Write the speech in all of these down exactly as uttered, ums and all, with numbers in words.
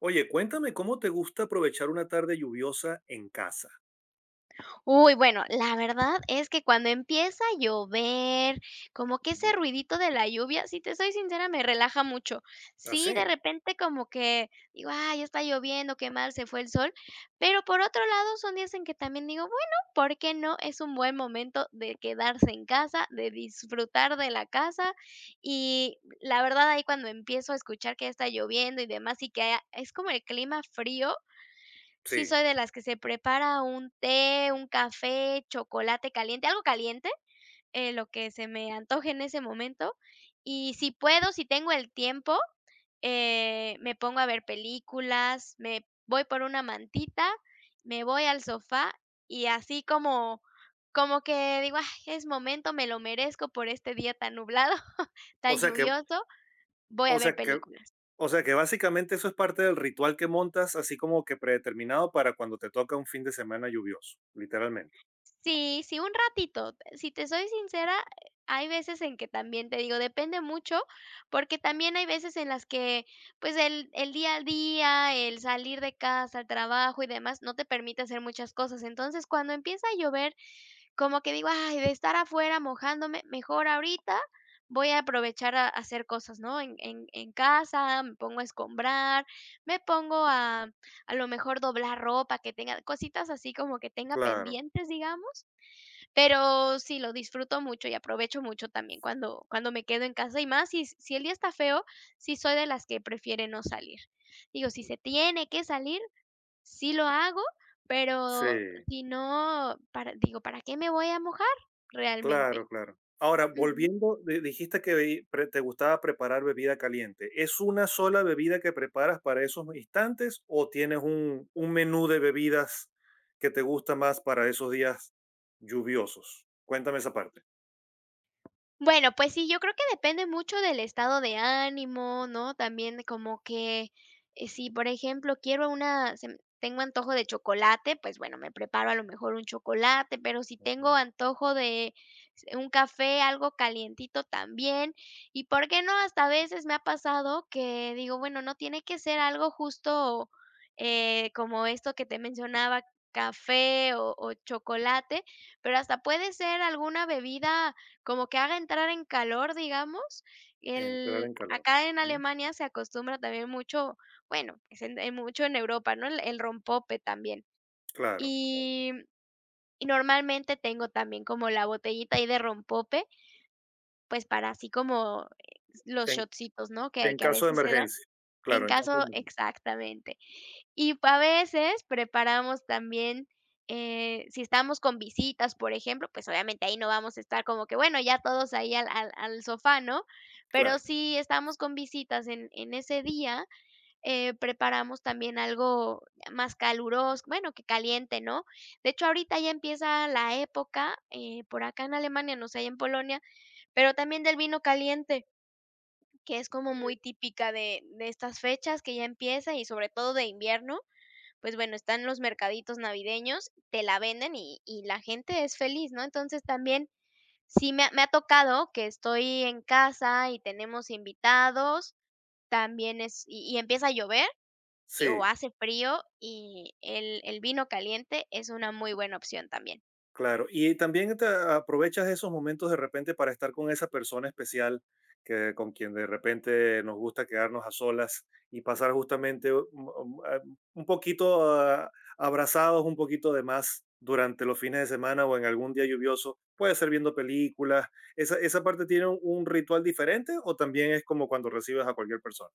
Oye, cuéntame cómo te gusta aprovechar una tarde lluviosa en casa. Uy, bueno, la verdad es que cuando empieza a llover, como que ese Ujú. ruidito de la lluvia, si te soy sincera, me relaja mucho. ¿Así? Sí, de Sí. repente como que digo: "Ay, está lloviendo, qué mal se fue el sol", pero por otro lado, son días en que también digo: "Bueno, ¿por qué no?". Es un buen momento de quedarse en casa, de disfrutar de la casa, y la verdad, ahí cuando empiezo a escuchar que ya está lloviendo y demás, y que haya- es como el clima frío. Sí, Sí. soy de las que se prepara un té, un café, chocolate caliente, algo caliente, eh, lo que se me antoje en ese momento. Y si puedo, si tengo el tiempo, eh, me pongo a ver películas, me voy por una mantita, me voy al sofá y así como como que digo: "Ay, es momento, me lo merezco por este día tan nublado, O tan sea que, lluvioso", voy o a ver sea que, películas. o sea que básicamente eso es parte del ritual que montas, así como que predeterminado para cuando te toca un fin de semana lluvioso, literalmente. Sí, sí, un ratito. Si te soy sincera, hay veces en que también te digo, depende mucho, porque también hay veces en las que, pues, el, el día a día, el salir de casa, el trabajo y demás, no te permite hacer muchas cosas. Entonces, cuando empieza a llover, como que digo, ay, de estar afuera mojándome, mejor ahorita voy a aprovechar a hacer cosas, ¿no? En, en, en casa, me pongo a escombrar, me pongo a lo mejor doblar ropa, que tenga cositas así como que tenga Claro. pendientes, digamos, pero sí, lo disfruto mucho y aprovecho mucho también cuando cuando me quedo en casa, y más si si el día está feo, sí soy de las que prefiere no salir. Digo, si se tiene que salir, sí lo hago, pero Sí. si no, para digo, ¿para qué me voy a mojar realmente? Claro, claro. Ahora, Ujú. volviendo, di- dijiste que bebi- pre- te gustaba preparar bebida caliente. ¿Es una sola bebida que preparas para esos instantes o tienes un, un menú de bebidas que te gusta más para esos días lluviosos? Cuéntame esa parte. Bueno, pues sí, yo creo que depende mucho del estado de ánimo, ¿no? También como que, eh, si, por ejemplo, quiero una se m tengo antojo de chocolate, pues bueno, me preparo a lo mejor un chocolate, pero si tengo Ujú. antojo de s un café, algo calientito también, y por qué no, hasta a veces me ha pasado que digo, bueno, no tiene que ser algo justo, eh, como esto que te mencionaba, café o o chocolate, pero hasta puede ser alguna bebida, como que haga entrar en calor, digamos. Entrar El en calor. Acá en Ujú. Alemania se acostumbra también mucho, bueno, es en en mucho en Europa, ¿no? El el rompope también. Claro. Y y normalmente tengo también como la botellita ahí de rompope, pues, para así como, eh, los En, shotcitos, ¿no? Que en que a caso de veces se dan. emergencia. En Claro, en caso de caso emergencia. exactamente. Y a veces preparamos también, eh, si estamos con visitas, por ejemplo, pues, obviamente ahí no vamos a estar como que, bueno, ya todos ahí al al al sofá, ¿no? Pero Claro. si estamos con visitas en en ese día, eh, preparamos también algo más caluroso bueno, que caliente, ¿no? De hecho, ahorita ya empieza la época, eh, por acá en Alemania, no sé, allá en Polonia, pero también del vino caliente, que es como muy típica de de estas fechas que ya empieza y sobre todo de invierno, pues bueno, están los mercaditos navideños, te la venden y y la gente es feliz, ¿no? Entonces, también sí me ha me ha tocado que estoy en casa y tenemos invitados, también es y y empieza a llover y o Sí. hace frío, y el el vino caliente es una muy buena opción también. Claro, y también te aprovechas esos momentos de repente para estar con esa persona especial que, con quien de repente nos gusta quedarnos a solas y pasar justamente u- um, a- un poquito ah, abrazados, un poquito de más durante los fines de semana o en algún día lluvioso. Puede ser viendo películas. ¿Esa, esa parte tiene un, un ritual diferente o también es como cuando recibes a cualquier persona?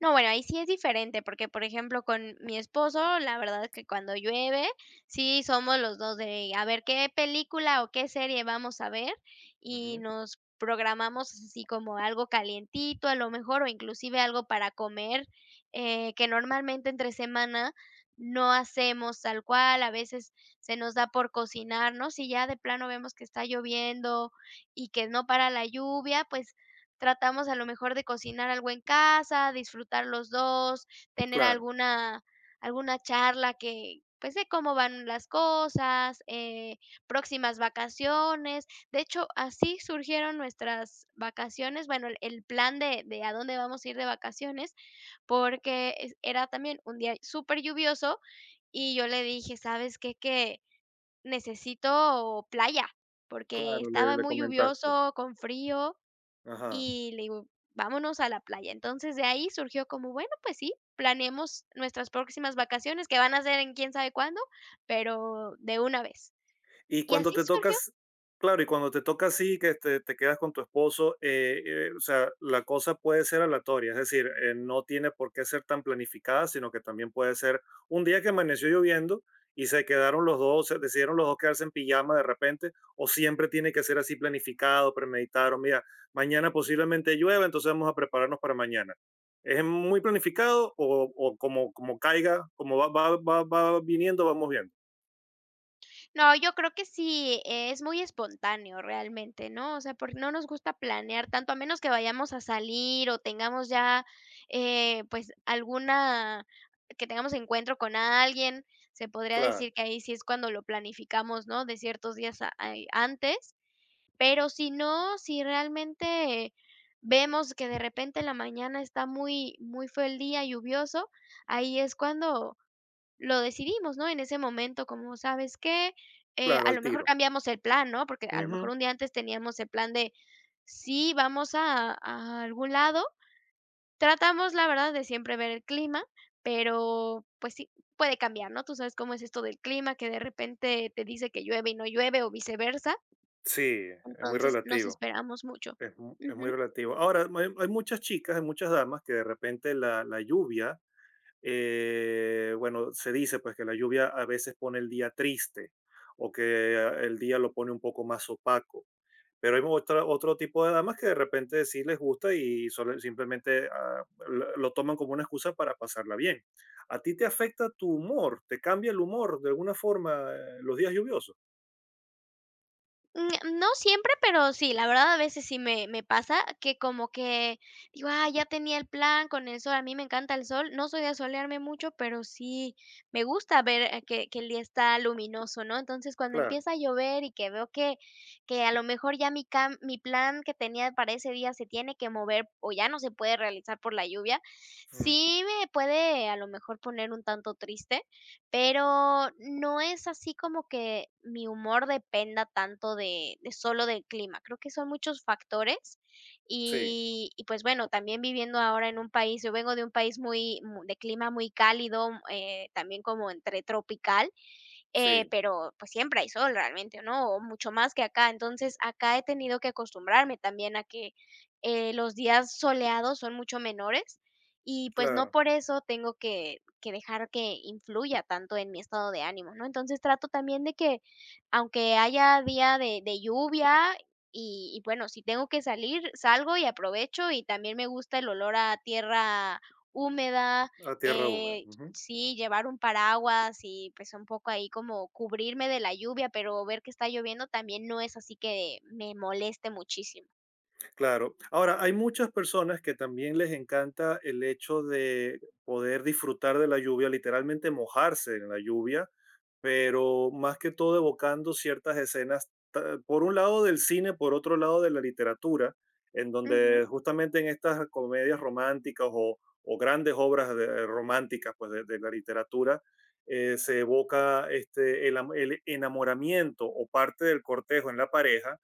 No, bueno, ahí sí es diferente, porque, por ejemplo, con mi esposo, la verdad es que cuando llueve, sí somos los dos de a ver qué película o qué serie vamos a ver, y Ujú. nos programamos así como algo calientito, a lo mejor, o inclusive algo para comer, eh, que normalmente entre semana no hacemos tal cual, a veces se nos da por cocinarnos y ya de plano vemos que está lloviendo y que no para la lluvia, pues Tratamos a lo mejor de cocinar algo en casa, disfrutar los dos, tener Claro, alguna alguna charla que, pues, de cómo van las cosas, eh, próximas vacaciones. De hecho, así surgieron nuestras vacaciones, bueno, el el plan de de a dónde vamos a ir de vacaciones, porque es era también un día súper lluvioso y yo le dije: "¿Sabes qué? Que necesito playa", porque claro, le, estaba le muy comentaste. lluvioso, con frío. Ajá. Y le digo: "Vámonos a la playa". Entonces, de ahí surgió como, bueno, pues sí, planeemos nuestras próximas vacaciones, que van a ser en quién sabe cuándo, pero de una vez. Y Y cuando así te surgió. tocas, claro, y cuando te toca así, que te, te quedas con tu esposo, eh, eh, o sea, la cosa puede ser aleatoria, es decir, eh, no tiene por qué ser tan planificada, sino que también puede ser un día que amaneció lloviendo y se quedaron los dos, se decidieron los dos quedarse en pijama de repente, o siempre tiene que ser así planificado, premeditado, mira, mañana posiblemente llueva, entonces vamos a prepararnos para mañana. ¿Es muy planificado o, o como, como caiga, como va, va, va, va viniendo, vamos viendo? No, yo creo que sí, eh, es muy espontáneo realmente, ¿no? O sea, porque no nos gusta planear tanto, a menos que vayamos a salir o tengamos ya, eh, pues, alguna que tengamos encuentro con alguien, se podría Claro, decir que ahí sí es cuando lo planificamos, ¿no? De ciertos días a ay, antes. Pero si no, si realmente vemos que de repente en la mañana está muy muy feo el día, lluvioso, ahí es cuando lo decidimos, ¿no? En ese momento, como, ¿sabes qué? Eh, claro, A al lo mejor tiro. cambiamos el plan, ¿no? Porque a lo mejor Ujú. un día antes teníamos el plan de sí, vamos a a algún lado. Tratamos, la verdad, de siempre ver el clima, pero, pues sí, puede cambiar, ¿no? Tú sabes cómo es esto del clima, que de repente te dice que llueve y no llueve o viceversa. Sí, es muy Entonces, nos relativo, esperamos mucho. es mu- es muy Ujú. relativo. Ahora, hay, hay muchas chicas, hay muchas damas que de repente la, la lluvia, eh, bueno, se dice pues que la lluvia a veces pone el día triste o que ah, el día lo pone un poco más opaco. Pero hay otra- otro tipo de damas que de repente sí les gusta y solo- simplemente ah, lo lo toman como una excusa para pasarla bien. ¿A ti te afecta tu humor? ¿Te cambia el humor de alguna forma eh, los días lluviosos? Mm, no siempre, pero sí, la verdad a veces sí me me pasa que como que digo: "Ah, ya tenía el plan con el sol", a mí me encanta el sol, no soy de solearme mucho, pero sí me gusta ver, eh, que que el día está luminoso, ¿no? Entonces, cuando Claro. empieza a llover y que veo que que a lo mejor ya mi cam mi plan que tenía para ese día se tiene que mover o ya no se puede realizar por la lluvia, Mm, sí me puede a lo mejor poner un tanto triste. Pero no es así como que mi humor dependa tanto de de solo del clima. Creo que son muchos factores sí. y y, pues, bueno, también viviendo ahora en un país, yo vengo de un país muy mu de clima muy cálido, eh, también como entre tropical, eh, Sí, pero pues siempre hay sol realmente, ¿no? O mucho más que acá. Entonces, acá he tenido que acostumbrarme también a que eh, los días soleados son mucho menores y pues no claro, por eso tengo que, que dejar que influya tanto en mi estado de ánimo, ¿no? Entonces trato también de que aunque haya día de, de lluvia y, y bueno, si tengo que salir, salgo y aprovecho y también me gusta el olor a tierra húmeda a tierra húmeda. eh, Ujú. Sí, llevar un paraguas y, pues, un poco ahí como cubrirme de la lluvia, pero ver que está lloviendo también no es así que me moleste muchísimo. Claro. Ahora, hay muchas personas que también les encanta el hecho de poder disfrutar de la lluvia, literalmente mojarse en la lluvia, pero más que todo evocando ciertas escenas, ta- por un lado del cine, por otro lado de la literatura, en Ujú. donde justamente en estas comedias románticas o, o grandes obras de- románticas pues, de, de la literatura, eh, se evoca este, el, am- el enamoramiento o parte del cortejo en la pareja,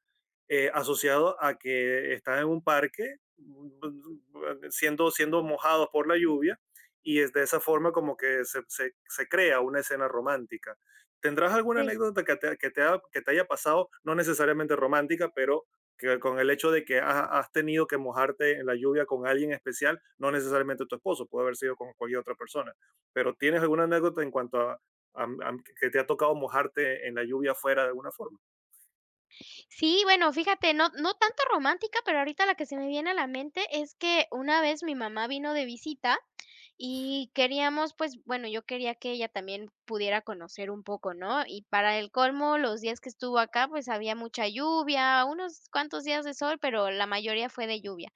eh, asociado a que están en un parque mm, siendo, siendo mojados por la lluvia, y es de esa forma como que se se- se crea una escena romántica. ¿Tendrás alguna Sí. anécdota que te, que te ha- que te haya pasado, no necesariamente romántica, pero que con el hecho de que ha- has tenido que mojarte en la lluvia con alguien especial, no necesariamente tu esposo, puede haber sido con cualquier otra persona, pero ¿tienes alguna anécdota en cuanto a, a- a que te ha tocado mojarte en la lluvia afuera de alguna forma? Sí, bueno, fíjate, no no tanto romántica, pero ahorita la que se me viene a la mente es que una vez mi mamá vino de visita y queríamos, pues, bueno, yo quería que ella también pudiera conocer un poco, ¿no? Y para el colmo, los días que estuvo acá, pues, había mucha lluvia, unos cuantos días de sol, pero la mayoría fue de lluvia.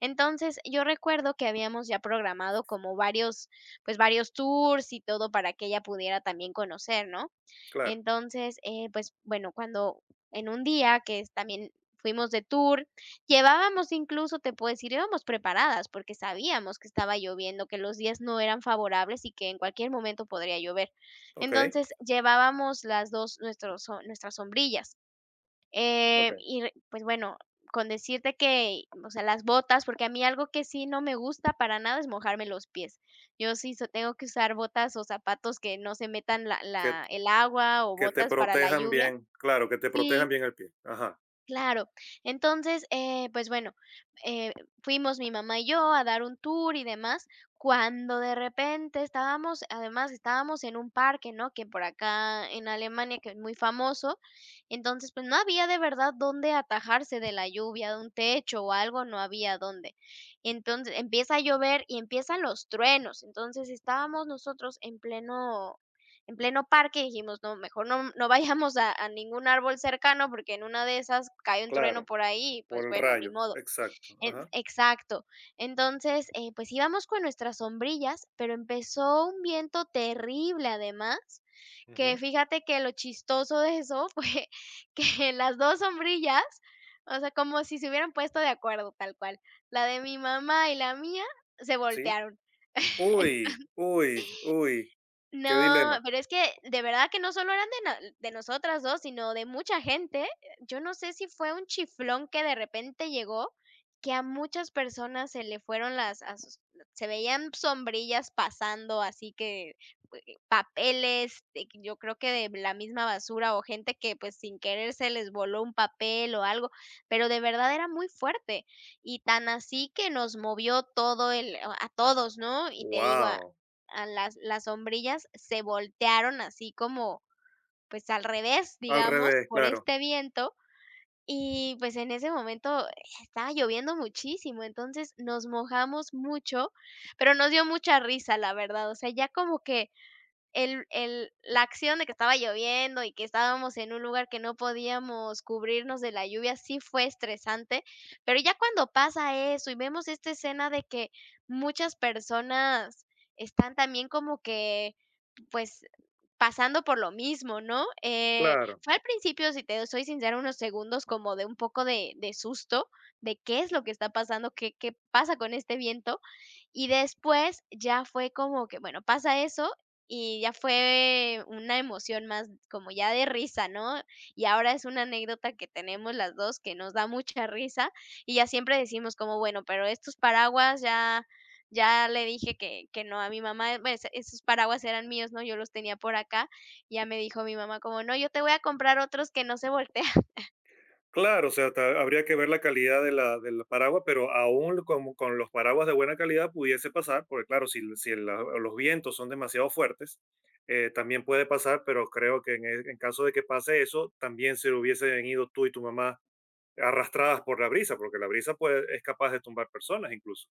Entonces, yo recuerdo que habíamos ya programado como varios, pues, varios tours y todo para que ella pudiera también conocer, ¿no? Claro, Entonces, eh, pues, bueno, cuando en un día que es también fuimos de tour, llevábamos incluso, te puedo decir, íbamos preparadas porque sabíamos que estaba lloviendo, que los días no eran favorables y que en cualquier momento podría llover. ok, Entonces, llevábamos las dos nuestros so nuestras sombrillas. Eh, ok. Y re pues bueno, con decirte que, o sea, las botas, porque a mí algo que sí no me gusta para nada es mojarme los pies. Yo sí so tengo que usar botas o zapatos que no se metan la Que, la el agua o que te botas para la protejan lluvia. bien, claro, que te protejan Sí. bien el pie. Ajá, Claro. Entonces, eh, pues bueno, eh, fuimos mi mamá y yo a dar un tour y demás, cuando de repente estábamos, además estábamos en un parque, ¿no? Que por acá en Alemania, que es muy famoso, entonces pues no había de verdad dónde atajarse de la lluvia, de un techo o algo, no había dónde. Entonces empieza a llover y empiezan los truenos, entonces estábamos nosotros en pleno en pleno parque, y dijimos: "No, mejor no no vayamos a a ningún árbol cercano, porque en una de esas cae un trueno claro, por ahí y, por pues, el bueno, ni rayo, modo". exacto. En Ajá. exacto. Entonces, eh, pues, íbamos con nuestras sombrillas, pero empezó un viento terrible, además, que Ujú. fíjate que lo chistoso de eso fue que las dos sombrillas, o sea, como si se hubieran puesto de acuerdo, tal cual. La de mi mamá y la mía se Sí. voltearon. Uy, uy, uy, qué No, dilema. pero es que de verdad que no solo eran de na de nosotras dos, sino de mucha gente. Yo no sé si fue un chiflón que de repente llegó, que a muchas personas se le fueron las a sus se veían sombrillas pasando, así que, pues, papeles, de que yo creo que de la misma basura o gente que, pues, sin querer se les voló un papel o algo, pero de verdad era muy fuerte. Y tan así que nos movió todo el a todos, ¿no? Y te digo, Wow, a las las sombrillas se voltearon así como, pues, al revés, al digamos, revés, por claro, este viento, y, pues, en ese momento eh, estaba lloviendo muchísimo, entonces nos mojamos mucho, pero nos dio mucha risa, la verdad, o sea, ya como que el el la acción de que estaba lloviendo y que estábamos en un lugar que no podíamos cubrirnos de la lluvia, sí fue estresante, pero ya cuando pasa eso y vemos esta escena de que muchas personas están también como que, pues, pasando por lo mismo, ¿no? Eh, claro, Fue al principio, si te soy sincera, unos segundos como de un poco de de susto, de qué es lo que está pasando, qué qué pasa con este viento, y después ya fue como que, bueno, pasa eso y ya fue una emoción más como ya de risa, ¿no? Y ahora es una anécdota que tenemos las dos que nos da mucha risa, y ya siempre decimos como: "Bueno, pero estos paraguas ya ya le dije que que no a mi mamá, pues, esos paraguas eran míos, ¿no? Yo los tenía por acá", y ya me dijo mi mamá como: "No, yo te voy a comprar otros que no se voltean". claro, o sea, ta- habría que ver la calidad de la, del paraguas, pero aún como con los paraguas de buena calidad pudiese pasar, porque claro, si, si la- los vientos son demasiado fuertes, eh, también puede pasar, pero creo que en, e- en caso de que pase eso, también se hubiesen ido tú y tu mamá arrastradas por la brisa, porque la brisa puede, es capaz de tumbar personas incluso.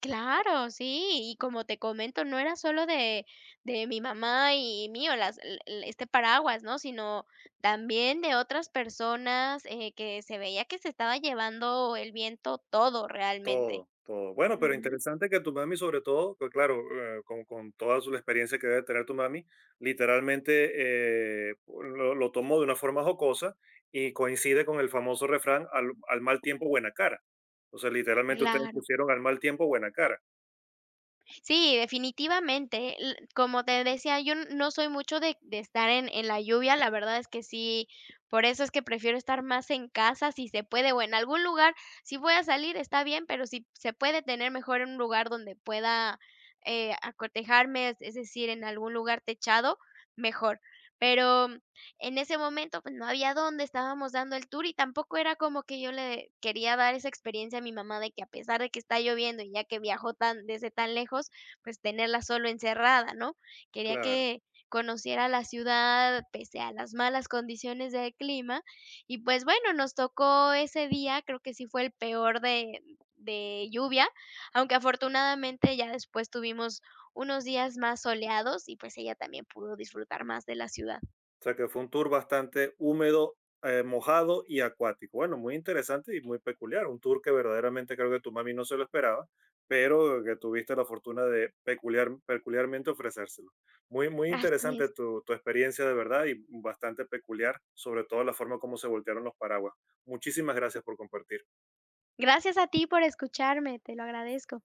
Claro, sí, y como te comento, no era solo de de mi mamá y mío, las l l este paraguas, ¿no? Sino también de otras personas, eh, que se veía que se estaba llevando el viento todo realmente. Todo, todo. Bueno, pero Ujú. interesante que tu mami, sobre todo, pues claro, eh, con, con toda su, la experiencia que debe tener tu mami, literalmente eh, lo, lo tomó de una forma jocosa y coincide con el famoso refrán al, al mal tiempo buena cara. O sea, literalmente ustedes Claro. pusieron al mal tiempo buena cara. Sí, definitivamente. L como te decía, yo n- no soy mucho de de estar en en la lluvia, la verdad es que sí, por eso es que prefiero estar más en casa, si se puede, o en algún lugar. Si voy a salir, está bien, pero si se puede tener mejor en un lugar donde pueda, eh, acotejarme, es es decir, en algún lugar techado, mejor. Pero mm, en ese momento, pues, no había dónde, estábamos dando el tour y tampoco era como que yo le quería dar esa experiencia a mi mamá de que a pesar de que está lloviendo y ya que viajó tan desde tan lejos, pues, tenerla solo encerrada, ¿no? Quería Claro. que conociera la ciudad pese a las malas condiciones del clima y, pues, bueno, nos tocó ese día, creo que sí fue el peor de de lluvia, aunque afortunadamente ya después tuvimos unos días más soleados y, pues, ella también pudo disfrutar más de la ciudad. O sea que fue un tour bastante húmedo, eh, mojado y acuático. Bueno, muy interesante y muy peculiar. Un tour que verdaderamente creo que tu mami no se lo esperaba, pero que tuviste la fortuna de peculiar, peculiarmente ofrecérselo. Muy, muy Así interesante es. tu, tu experiencia de verdad y bastante peculiar, sobre todo la forma como se voltearon los paraguas. Muchísimas gracias por compartir. Gracias a ti por escucharme, te lo agradezco.